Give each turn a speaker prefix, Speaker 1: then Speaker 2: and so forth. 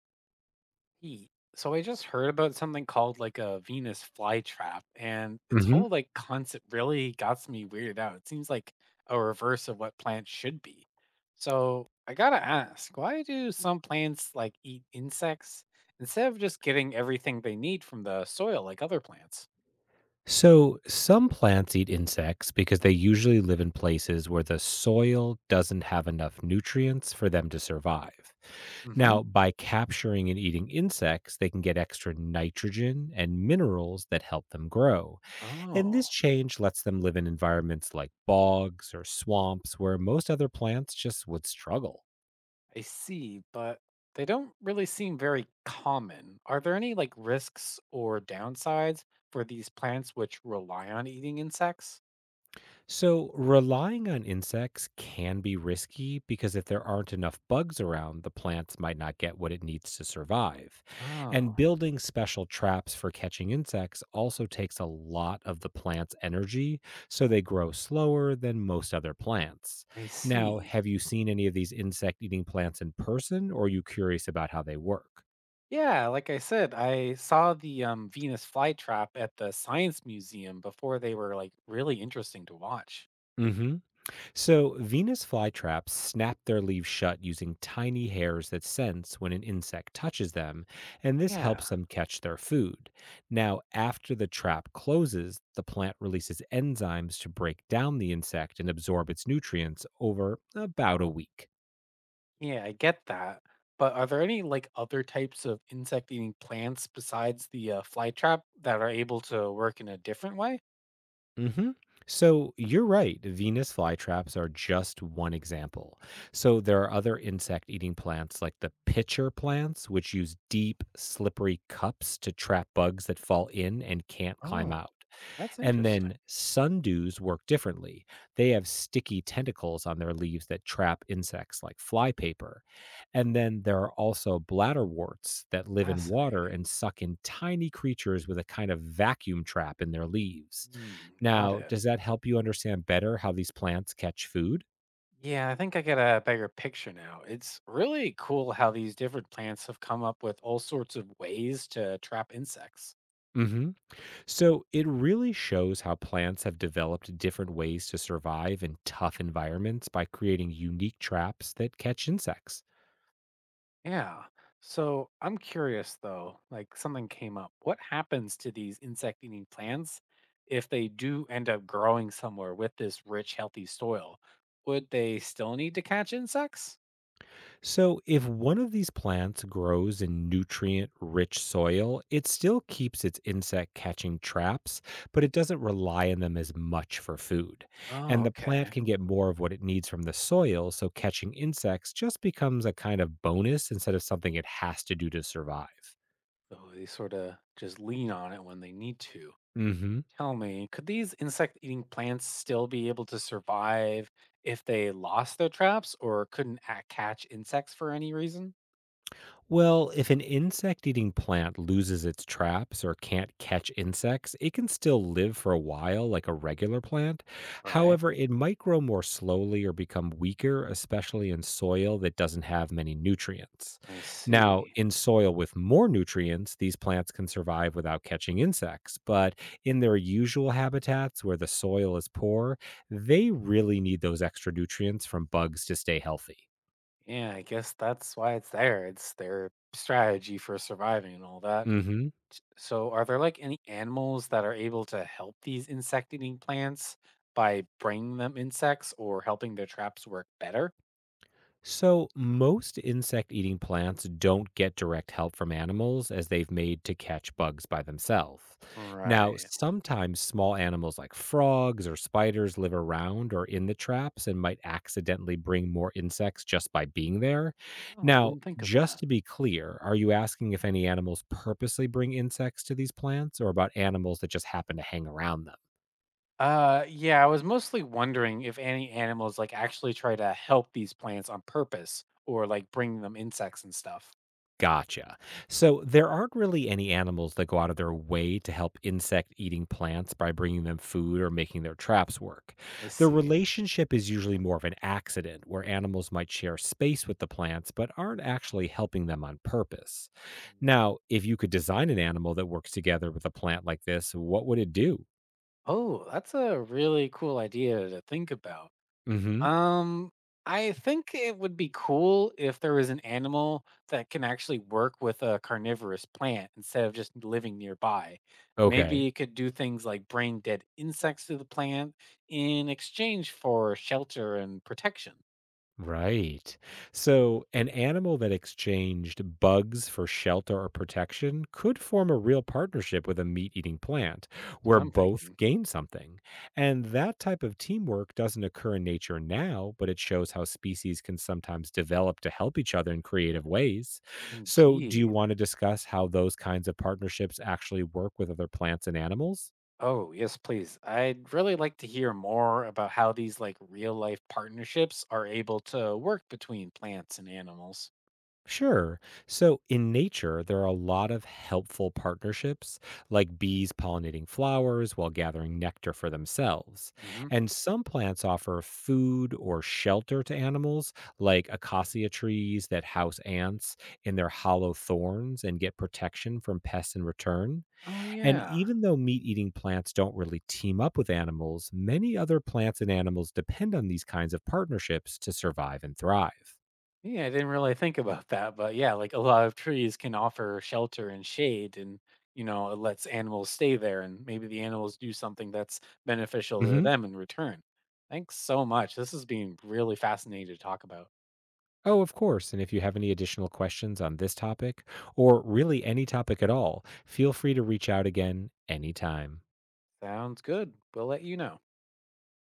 Speaker 1: Hey, so I just heard about something called like a Venus flytrap, and its
Speaker 2: hmm
Speaker 1: whole like concept really got me weirded out. It seems like a reverse of what plants should be. So I gotta ask, why do some plants like eat insects instead of just getting everything they need from the soil like other plants?
Speaker 2: So, some plants eat insects because they usually live in places where the soil doesn't have enough nutrients for them to survive.
Speaker 1: Mm-hmm.
Speaker 2: Now, by capturing and eating insects, they can get extra nitrogen and minerals that help them grow. And
Speaker 1: Oh,
Speaker 2: this change lets them live in environments like bogs or swamps where most other plants just would struggle.
Speaker 1: I see, but they don't really seem very common. Are there any like risks or downsides for these plants which rely on eating insects?
Speaker 2: So, relying on insects can be risky because if there aren't enough bugs around, the plants might not get what it needs to survive. And
Speaker 1: Oh,
Speaker 2: building special traps for catching insects also takes a lot of the plant's energy, so they grow slower than most other plants.
Speaker 1: I
Speaker 2: Now,
Speaker 1: see.
Speaker 2: have you seen any of these insect eating plants in person, or are you curious about how they work?
Speaker 1: Yeah, like I said, I saw the Venus flytrap at the Science Museum before. They were like really interesting to watch.
Speaker 2: Mm hmm. So, Venus flytraps snap their leaves shut using tiny hairs that sense when an insect touches them, and this
Speaker 1: Yeah,
Speaker 2: helps them catch their food. Now, after the trap closes, the plant releases enzymes to break down the insect and absorb its nutrients over about a week.
Speaker 1: yeah, I get that. But are there any like other types of insect eating plants besides the flytrap that are able to work in a different way?
Speaker 2: hmm So you're right. Venus flytraps are just one example. So there are other insect eating plants like the pitcher plants, which use deep, slippery cups to trap bugs that fall in and can't climb
Speaker 1: Oh,
Speaker 2: out.
Speaker 1: that's
Speaker 2: And
Speaker 1: interesting.
Speaker 2: then sundews work differently. They have sticky tentacles on their leaves that trap insects like flypaper. And then there are also bladderworts that live in water
Speaker 1: Fascinating.
Speaker 2: and suck in tiny creatures with a kind of vacuum trap in their leaves.
Speaker 1: Hmm, got
Speaker 2: Now,
Speaker 1: it.
Speaker 2: does that help you understand better how these plants catch food?
Speaker 1: Yeah, I think I get a bigger picture now. It's really cool how these different plants have come up with all sorts of ways to trap insects.
Speaker 2: hmm So it really shows how plants have developed different ways to survive in tough environments by creating unique traps that catch insects.
Speaker 1: Yeah. So I'm curious though, like something came up. What happens to these insect eating plants if they do end up growing somewhere with this rich, healthy soil? Would they still need to catch insects?
Speaker 2: So, if one of these plants grows in nutrient rich soil, it still keeps its insect catching traps, but it doesn't rely on them as much for food.
Speaker 1: Oh,
Speaker 2: And the plant
Speaker 1: okay.
Speaker 2: can get more of what it needs from the soil, so catching insects just becomes a kind of bonus instead of something it has to do to survive.
Speaker 1: So they sort of just lean on it when they need to.
Speaker 2: Mm hmm.
Speaker 1: Tell me, could these insect eating plants still be able to survive if they lost their traps or couldn't catch insects for any reason?
Speaker 2: Well, if an insect eating plant loses its traps or can't catch insects, it can still live for a while like a regular plant.
Speaker 1: Right.
Speaker 2: However, it might grow more slowly or become weaker, especially in soil that doesn't have many nutrients.
Speaker 1: I
Speaker 2: Now,
Speaker 1: see.
Speaker 2: in soil with more nutrients, these plants can survive without catching insects, but in their usual habitats where the soil is poor, they really need those extra nutrients from bugs to stay healthy.
Speaker 1: Yeah, I guess that's why it's there. It's their strategy for surviving and all that.
Speaker 2: Mhm.
Speaker 1: So, are there like any animals that are able to help these insect eating plants by bringing them insects or helping their traps work better?
Speaker 2: So, most insect eating plants don't get direct help from animals as they've made to catch bugs by themselves. Now,
Speaker 1: Right.
Speaker 2: sometimes small animals like frogs or spiders live around or in the traps and might accidentally bring more insects just by being there.
Speaker 1: Oh, I
Speaker 2: Now,
Speaker 1: didn't think of
Speaker 2: just
Speaker 1: that.
Speaker 2: to be clear, are you asking if any animals purposely bring insects to these plants or about animals that just happen to hang around them?
Speaker 1: Yeah, I was mostly wondering if any animals like actually try to help these plants on purpose or like bring them insects and stuff.
Speaker 2: Gotcha. So there aren't really any animals that go out of their way to help insect eating plants by bringing them food or making their traps work.
Speaker 1: I
Speaker 2: The
Speaker 1: see.
Speaker 2: relationship is usually more of an accident where animals might share space with the plants but aren't actually helping them on purpose.
Speaker 1: Mm.
Speaker 2: Now, if you could design an animal that works together with a plant like this, what would it do?
Speaker 1: Oh, that's a really cool idea to think about.
Speaker 2: Mhm.
Speaker 1: Um, I think it would be cool if there was an animal that can actually work with a carnivorous plant instead of just living nearby. Maybe
Speaker 2: Okay.
Speaker 1: it could do things like bring dead insects to the plant in exchange for shelter and protection.
Speaker 2: Right. So, an animal that exchanged bugs for shelter or protection could form a real partnership with a meat eating plant
Speaker 1: That's what
Speaker 2: where
Speaker 1: I'm
Speaker 2: both
Speaker 1: thinking.
Speaker 2: gain something. And that type of teamwork doesn't occur in nature now, but it shows how species can sometimes develop to help each other in creative ways. So, do you
Speaker 1: Indeed.
Speaker 2: want to discuss how those kinds of partnerships actually work with other plants and animals?
Speaker 1: Oh, yes, please. I'd really like to hear more about how these like real life partnerships are able to work between plants and animals.
Speaker 2: Sure. So in nature, there are a lot of helpful partnerships, like bees pollinating flowers while gathering nectar for themselves.
Speaker 1: Hmm.
Speaker 2: And some plants offer food or shelter to animals, like acacia trees that house ants in their hollow thorns and get protection from pests in return.
Speaker 1: Oh,
Speaker 2: And
Speaker 1: yeah.
Speaker 2: even though meat eating plants don't really team up with animals, many other plants and animals depend on these kinds of partnerships to survive and thrive.
Speaker 1: Yeah, I didn't really think about that, but yeah, like a lot of trees can offer shelter and shade and you know, it lets animals stay there and maybe the animals do something that's beneficial to
Speaker 2: hmm
Speaker 1: them in return. Thanks so much. This has been really fascinating to talk about.
Speaker 2: Oh, of course. And if you have any additional questions on this topic, or really any topic at all, feel free to reach out again anytime.
Speaker 1: Sounds good. We'll let you know.